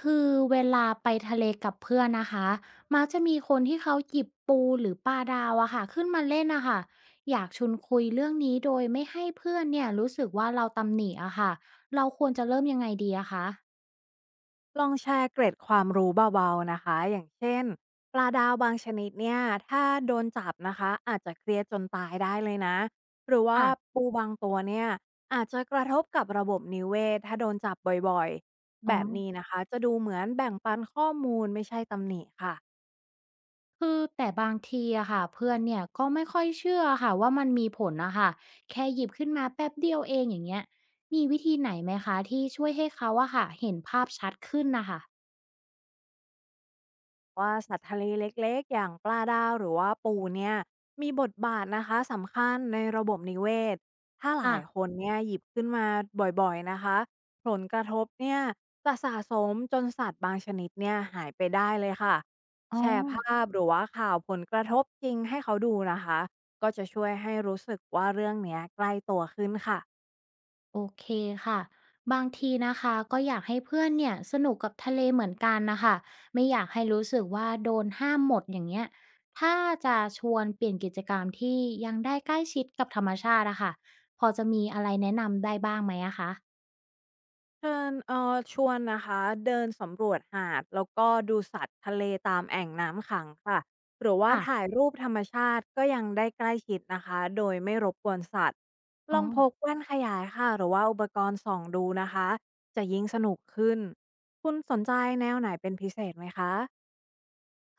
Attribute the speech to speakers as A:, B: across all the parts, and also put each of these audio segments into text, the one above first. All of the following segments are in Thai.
A: คือเวลาไปทะเลกับเพื่อนนะคะมักจะมีคนที่เขาหยิบปูหรือปลาดาวอะค่ะขึ้นมาเล่นนะคะอยากชวนคุยเรื่องนี้โดยไม่ให้เพื่อนเนี่ยรู้สึกว่าเราตำหนิอะค่ะเราควรจะเริ่มยังไงดีอะคะ
B: ลองแชร์เกร็ดความรู้เบาๆนะคะ อย่างเช่นปลาดาวบางชนิดเนี่ยถ้าโดนจับนะคะอาจจะเครียดจนตายได้เลยนะหรือว่า
A: ค่ะ
B: ปูบางตัวเนี่ยอาจจะกระทบกับระบบนิเวศถ้าโดนจับบ่อยๆแบ
A: อ๋อ
B: บนี้นะคะจะดูเหมือนแบ่งปันข้อมูลไม่ใช่ตำหนิค่ะ
A: คือแต่บางทีอะค่ะเพื่อนเนี่ยก็ไม่ค่อยเชื่อค่ะว่ามันมีผลนะคะแค่หยิบขึ้นมาแป๊บเดียวเองอย่างเงี้ยมีวิธีไหนไหมคะที่ช่วยให้เขาอะค่ะเห็นภาพชัดขึ้นนะคะ
B: ว่าสัตว์ทะเลเล็กๆอย่างปลาดาวหรือว่าปูเนี่ยมีบทบาทนะคะสำคัญในระบบนิเวศถ้าหลา
A: อ่ะ
B: ยคนเนี่ยหยิบขึ้นมาบ่อยๆนะคะผลกระทบเนี่ยจะสะสมจนสัตว์บางชนิดเนี่ยหายไปได้เลยค่ะ
A: อ๋อ
B: แชร์ภาพหรือว่าข่าวผลกระทบจริงให้เขาดูนะคะก็จะช่วยให้รู้สึกว่าเรื่องเนี้ยใกล้ตัวขึ้นค่ะ
A: โอเคค่ะบางทีนะคะก็อยากให้เพื่อนเนี่ยสนุกกับทะเลเหมือนกันนะคะไม่อยากให้รู้สึกว่าโดนห้ามหมดอย่างเงี้ยถ้าจะชวนเปลี่ยนกิจกรรมที่ยังได้ใกล้ชิดกับธรรมชาติอะค่ะพอจะมีอะไรแนะนำได้บ้างไหมอะคะ
B: เชิญชวนนะคะเดินสำรวจหาดแล้วก็ดูสัตว์ทะเลตามแอ่งน้ำขังค่ะหรือว่าถ่าย
A: ค่ะ
B: รูปธรรมชาติก็ยังได้ใกล้ชิดนะคะโดยไม่รบกวนสัตว์ล
A: อ๋อ
B: องพกแว่นขยายค่ะหรือว่าอุปกรณ์ส่องดูนะคะจะยิ่งสนุกขึ้นคุณสนใจแนวไหนเป็นพิเศษไหมคะ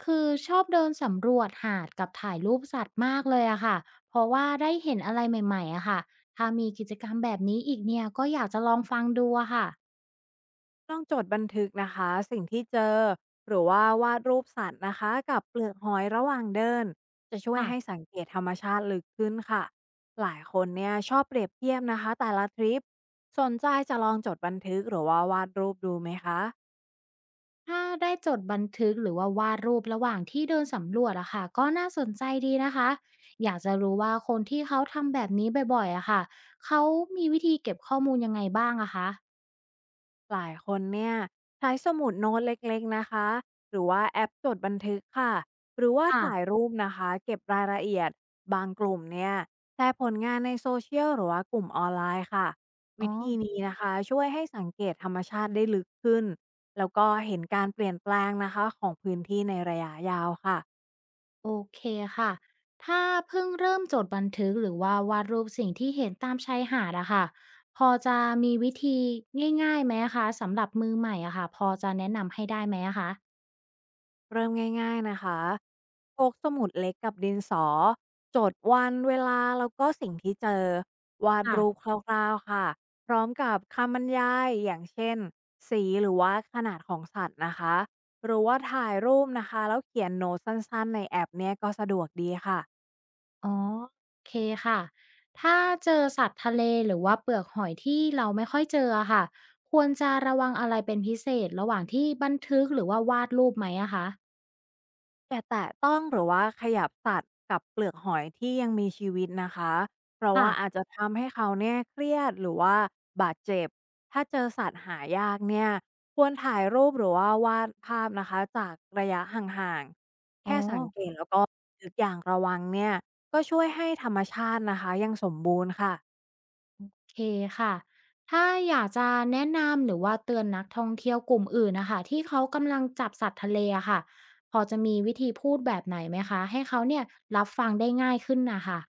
A: คือชอบเดินสำรวจหาดกับถ่ายรูปสัตว์มากเลยอะค่ะเพราะว่าได้เห็นอะไรใหม่ๆอะค่ะถ้ามีกิจกรรมแบบนี้อีกเนี่ยก็อยากจะลองฟังดูอะค่ะ
B: ลองจดบันทึกนะคะสิ่งที่เจอหรือว่าวาดรูปสัตว์นะคะกับเปลือกหอยระหว่างเดินจะช่วย
A: ค่ะ
B: ให้สังเกตธรรมชาติลึกขึ้นค่ะหลายคนเนี่ยชอบเปรียบเทียบนะคะแต่ละทริปสนใจจะลองจดบันทึกหรือว่าวาดรูปดูไหมคะ
A: ถ้าได้จดบันทึกหรือว่าวาดรูประหว่างที่เดินสำรวจอะค่ะก็น่าสนใจดีนะคะอยากจะรู้ว่าคนที่เขาทำแบบนี้บ่อยๆอะค่ะเขามีวิธีเก็บข้อมูลยังไงบ้างอะคะ
B: หลายคนเนี่ยใช้สมุดโน้ตเล็กๆนะคะหรือว่าแอปจดบันทึกค่ะหรือว่า
A: ค่ะ
B: ถ่ายรูปนะคะเก็บรายละเอียดบางกลุ่มเนี่ยแชร์ผลงานในโซเชียลหรือว่ากลุ่มออนไลน์ค่ะ
A: อ๋
B: วิ
A: อ
B: ธีนี้นะคะช่วยให้สังเกตธรรมชาติได้ลึกขึ้นแล้วก็เห็นการเปลี่ยนแปลงนะคะของพื้นที่ในระยะยาวค่ะ
A: โอเคค่ะถ้าเพิ่งเริ่มจดบันทึกหรือว่าวาดรูปสิ่งที่เห็นตามชายหาดอะค่ะพอจะมีวิธีง่ายๆไหมคะสำหรับมือใหม่อะค่ะพอจะแนะนำให้ได้ไหมอะคะ
B: เริ่มง่ายๆนะคะพกสมุดเล็กกับดินสอ จดวันเวลาแล้วก็สิ่งที่เจอ วาด
A: ะ
B: รูปคร่าวๆค่ะ พร้อมกับคำบรรยายอย่างเช่นสีหรือว่าขนาดของสัตว์นะคะ หรือว่าถ่ายรูปนะคะแล้วเขียนโน้ตสั้นๆในแอปเนี้ยก็สะดวกดีค่ะ
A: อ๋อโอเคค่ะถ้าเจอสัตว์ทะเลหรือว่าเปลือกหอยที่เราไม่ค่อยเจออะค่ะควรจะระวังอะไรเป็นพิเศษระหว่างที่บันทึกหรือว่าวาดรูปไหมอะคะ
B: อย่าแตะต้องหรือว่าขยับสัตว์กับเปลือกหอยที่ยังมีชีวิตนะคะเพราะ
A: ค่ะ
B: ว่าอาจจะทำให้เขาเนี่ยเครียดหรือว่าบาดเจ็บถ้าเจอสัตว์หายากเนี่ยควรถ่ายรูปหรือว่าวาดภาพนะคะจากระยะห่างๆ
A: อ๋อ
B: แค่สังเกตแล้วก็นึกอย่างระวังเนี่ยก็ช่วยให้ธรรมชาตินะคะยังสมบูรณ์ค่ะ
A: โอเคค่ะ ถ้าอยากจะแนะนำหรือว่าเตือนนักท่องเที่ยวกลุ่มอื่นนะคะที่เขากำลังจับสัตว์ทะเลอะค่ะพอจะมีวิธีพูดแบบไหนไหมคะให้เขาเนี่ยรับฟังได้ง่ายขึ้นน่ะค่ะ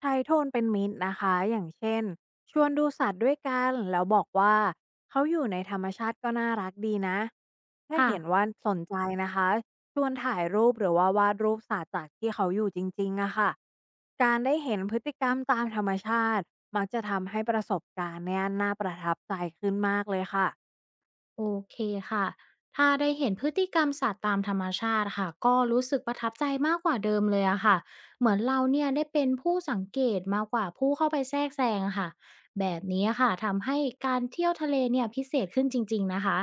B: ใช้โทนเป็นมิตรนะคะ อย่างเช่นชวนดูสัตว์ด้วยกันแล้วบอกว่าเขาอยู่ในธรรมชาติก็น่ารักดีนะถ้า
A: ค่ะ
B: เห็นว่าสนใจนะคะชวนถ่ายรูปหรือว่าวาดรูปสัตว์จากที่เขาอยู่จริงๆอะค่ะการได้เห็นพฤติกรรมตามธรรมชาติมักจะทำให้ประสบการณ์เนี่ยน่าประทับใจขึ้นมากเลยค่ะ
A: โอเคค่ะ ถ้าได้เห็นพฤติกรรมสัตว์ตามธรรมชาติค่ะ ก็รู้สึกประทับใจมากกว่าเดิมเลยอะค่ะ เหมือนเราเนี่ยได้เป็นผู้สังเกตมากกว่าผู้เข้าไปแทรกแซงอะค่ะ แบบนี้อะค่ะทำให้การเที่ยวทะเลเนี่ยพิเศษขึ้นจริงๆนะคะ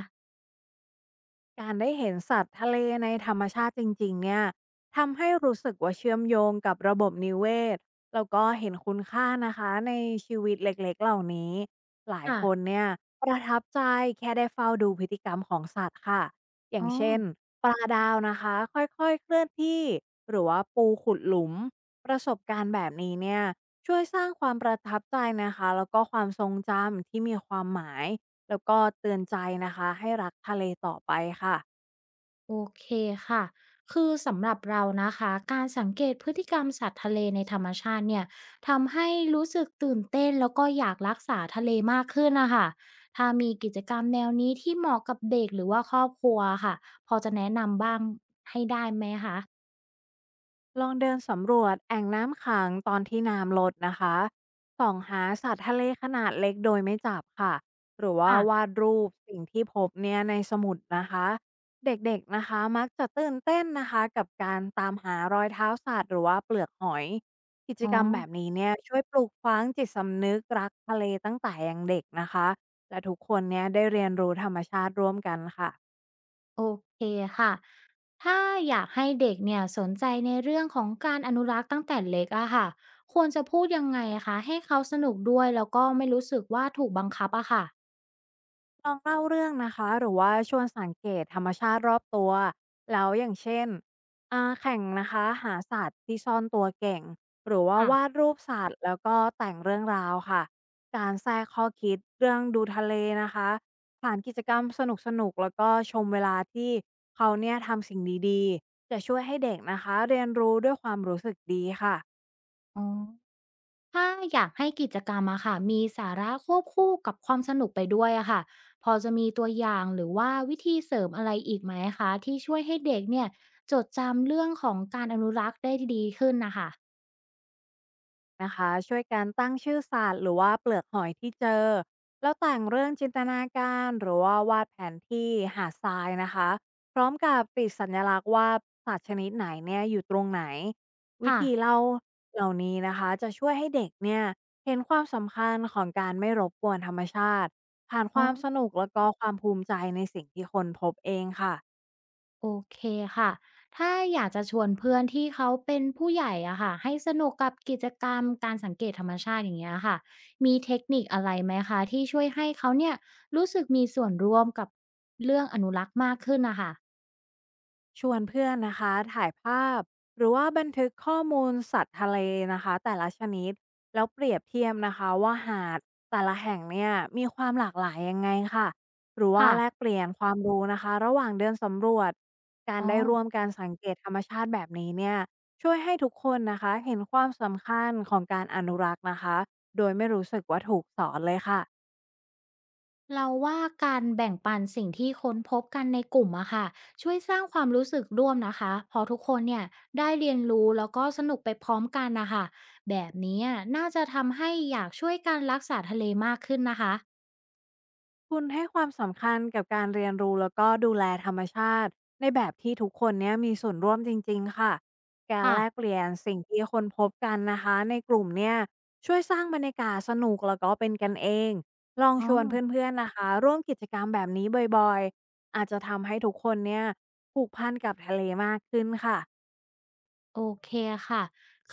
B: การได้เห็นสัตว์ทะเลในธรรมชาติจริงๆ เนี่ย ทำให้รู้สึกว่าเชื่อมโยงกับระบบนิเวศแล้วก็เห็นคุณค่านะคะในชีวิตเล็กๆเหล่านี้ หลาย
A: ค่ะ
B: คนเนี่ยประทับใจแค่ได้เฝ้าดูพฤติกรรมของสัตว์ค่ะ อย่า
A: อ๋
B: ง
A: อ
B: เช่นปลาดาวนะคะค่อยๆเคลื่อนที่หรือว่าปูขุดหลุม ประสบการณ์แบบนี้เนี่ยช่วยสร้างความประทับใจนะคะแล้วก็ความทรงจำที่มีความหมาย แล้วก็เตือนใจนะคะให้รักทะเลต่อไปค่ะ
A: โอเคค่ะ คือสำหรับเรานะคะ การสังเกตพฤติกรรมสัตว์ทะเลในธรรมชาติเนี่ยทำให้รู้สึกตื่นเต้นแล้วก็อยากรักษาทะเลมากขึ้นนะคะถ้ามีกิจกรรมแนวนี้ที่เหมาะกับเด็กหรือว่าครอบครัวค่ะพอจะแนะนำบ้างให้ได้ไหมคะ
B: ลองเดินสำรวจแอ่งน้ำขังตอนที่น้ำลดนะคะส่องหาสัตว์ทะเลขนาดเล็กโดยไม่จับค่ะหรือว่า
A: ค่ะ
B: วาดรูปสิ่งที่พบเนี่ยในสมุดนะคะเด็กๆนะคะมักจะตื่นเต้นนะคะกับการตามหารอยเท้าสัตว์หรือว่าเปลือกหอย กิจ
A: อ๋อ
B: กรรมแบบนี้เนี่ยช่วยปลูกฝังจิตสำนึกรักทะเลตั้งแต่ยังเด็กนะคะและทุกคนเนี่ยได้เรียนรู้ธรรมชาติร่วมกันค่ะ
A: โอเคค่ะถ้าอยากให้เด็กเนี่ยสนใจในเรื่องของการอนุรักษ์ตั้งแต่เล็กอะค่ะควรจะพูดยังไงคะให้เขาสนุกด้วยแล้วก็ไม่รู้สึกว่าถูกบังคับอะค่ะ
B: ลองเล่าเรื่องนะคะหรือว่าชวนสังเกตธรรมชาติรอบตัวแล้วอย่างเช่นแข่งนะคะหาสัตว์ที่ซ่อนตัวเก่งหรือว่า
A: ค่ะ
B: วาดรูปสัตว์แล้วก็แต่งเรื่องราวค่ะการแทรกข้อคิดเรื่องดูทะเลนะคะผ่านกิจกรรมสนุกๆแล้วก็ชมเวลาที่เขาเนี่ยทำสิ่งดีๆจะช่วยให้เด็กนะคะเรียนรู้ด้วยความรู้สึกดีค่ะ
A: อ๋อถ้าอยากให้กิจกรรมอะค่ะมีสาระควบคู่กับความสนุกไปด้วยอะค่ะพอจะมีตัวอย่างหรือว่าวิธีเสริมอะไรอีกไหมคะที่ช่วยให้เด็กเนี่ยจดจำเรื่องของการอนุรักษ์ได้ดีขึ้นนะคะ
B: นะคะช่วยกันตั้งชื่อสัตว์หรือว่าเปลือกหอยที่เจอแล้วแต่งเรื่องจินตนาการหรือว่าวาดแผนที่หาดทรายนะคะพร้อมกับติดสัญลักษณ์ว่าสัตว์ชนิดไหนเนี่ยอยู่ตรงไหนวิ
A: ค่ะ
B: ธีเล่าเหล่านี้นะคะจะช่วยให้เด็กเนี่ยเห็นความสำคัญของการไม่รบกวนธรรมชาติผ่านค
A: อ๋อ
B: วามสนุกแล้วก็ความภูมิใจในสิ่งที่คนพบเองค่ะ
A: โอเคค่ะถ้าอยากจะชวนเพื่อนที่เขาเป็นผู้ใหญ่อะค่ะให้สนุกกับกิจกรรมการสังเกตธรรมชาติอย่างเงี้ยค่ะมีเทคนิคอะไรไหมคะที่ช่วยให้เขาเนี่ยรู้สึกมีส่วนร่วมกับเรื่องอนุรักษ์มากขึ้นนะคะ
B: ชวนเพื่อนนะคะถ่ายภาพหรือว่าบันทึกข้อมูลสัตว์ทะเลนะคะแต่ละชนิดแล้วเปรียบเทียบนะคะว่าหาดแต่ละแห่งเนี่ยมีความหลากหลายยังไงค่ะหรือว่า
A: ค่ะ
B: แลกเปลี่ยนความรู้นะคะระหว่างเดินสำรวจการ
A: อ๋อ
B: ได้ร่วมการสังเกตธรรมชาติแบบนี้เนี่ยช่วยให้ทุกคนนะคะเห็นความสำคัญของการอนุรักษ์นะคะโดยไม่รู้สึกว่าถูกสอนเลยค่ะ
A: เราว่าการแบ่งปันสิ่งที่ค้นพบกันในกลุ่มอะค่ะช่วยสร้างความรู้สึกร่วมนะคะพอทุกคนเนี่ยได้เรียนรู้แล้วก็สนุกไปพร้อมกันนะคะ แบบนี้อะน่าจะทำให้อยากช่วยการรักษาทะเลมากขึ้นนะคะ
B: คุณให้ความสำคัญกับการเรียนรู้แล้วก็ดูแลธรรมชาติในแบบที่ทุกคนเนี้ยมีส่วนร่วมจริงๆค่ะการ
A: ค่ะ
B: แลกเปลี่ยนสิ่งที่คนพบกันนะคะในกลุ่มเนี่ยช่วยสร้างบรรยากาศสนุกแล้วก็เป็นกันเองลอง
A: อ๋อ
B: ชวนเพื่อนๆนะคะร่วมกิจกรรมแบบนี้บ่อยๆอาจจะทำให้ทุกคนเนี่ยผูกพันกับทะเลมากขึ้นค่ะ
A: โอเคค่ะ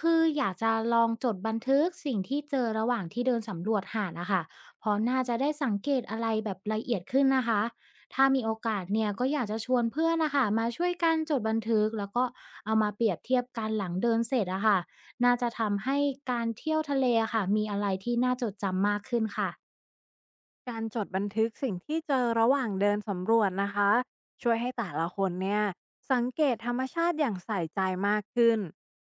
A: คืออยากจะลองจดบันทึกสิ่งที่เจอระหว่างที่เดินสำรวจหาดอะค่ะเพราะน่าจะได้สังเกตอะไรแบบละเอียดขึ้นนะคะถ้ามีโอกาสเนี่ยก็อยากจะชวนเพื่อนนะคะมาช่วยกันจดบันทึกแล้วก็เอามาเปรียบเทียบกันหลังเดินเสร็จอะค่ะน่าจะทำให้การเที่ยวทะเลอะค่ะมีอะไรที่น่าจดจำมากขึ้นค่ะ
B: การจดบันทึกสิ่งที่เจอระหว่างเดินสำรวจนะคะช่วยให้แต่ละคนเนี่ยสังเกตธรรมชาติอย่างใส่ใจมากขึ้น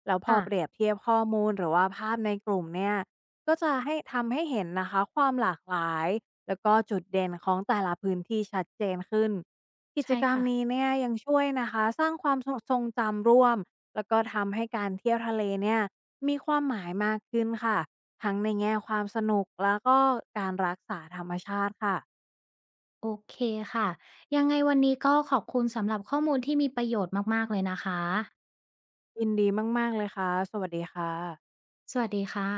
B: แล้วพอ
A: ค่ะ
B: เปรียบเทียบข้อมูลหรือว่าภาพในกลุ่มเนี่ยก็จะให้ทำให้เห็นนะคะความหลากหลายแล้วก็จุดเด่นของแต่ละพื้นที่ชัดเจนขึ้นกิจ
A: ใช่
B: กรรม
A: ค่ะ
B: นี้เนี่ยยังช่วยนะคะสร้างความทรงจำร่วมแล้วก็ทำให้การเที่ยวทะเลเนี่ยมีความหมายมากขึ้นค่ะ ทั้งในแง่ความสนุกแล้วก็การรักษาธรรมชาติค่ะ
A: โอเคค่ะยังไงวันนี้ก็ขอบคุณสำหรับข้อมูลที่มีประโยชน์มากๆเลยนะคะ
B: ยินดีมากๆเลยค่ะ สวัสดีค่ะ
A: สวัสดีค่ะ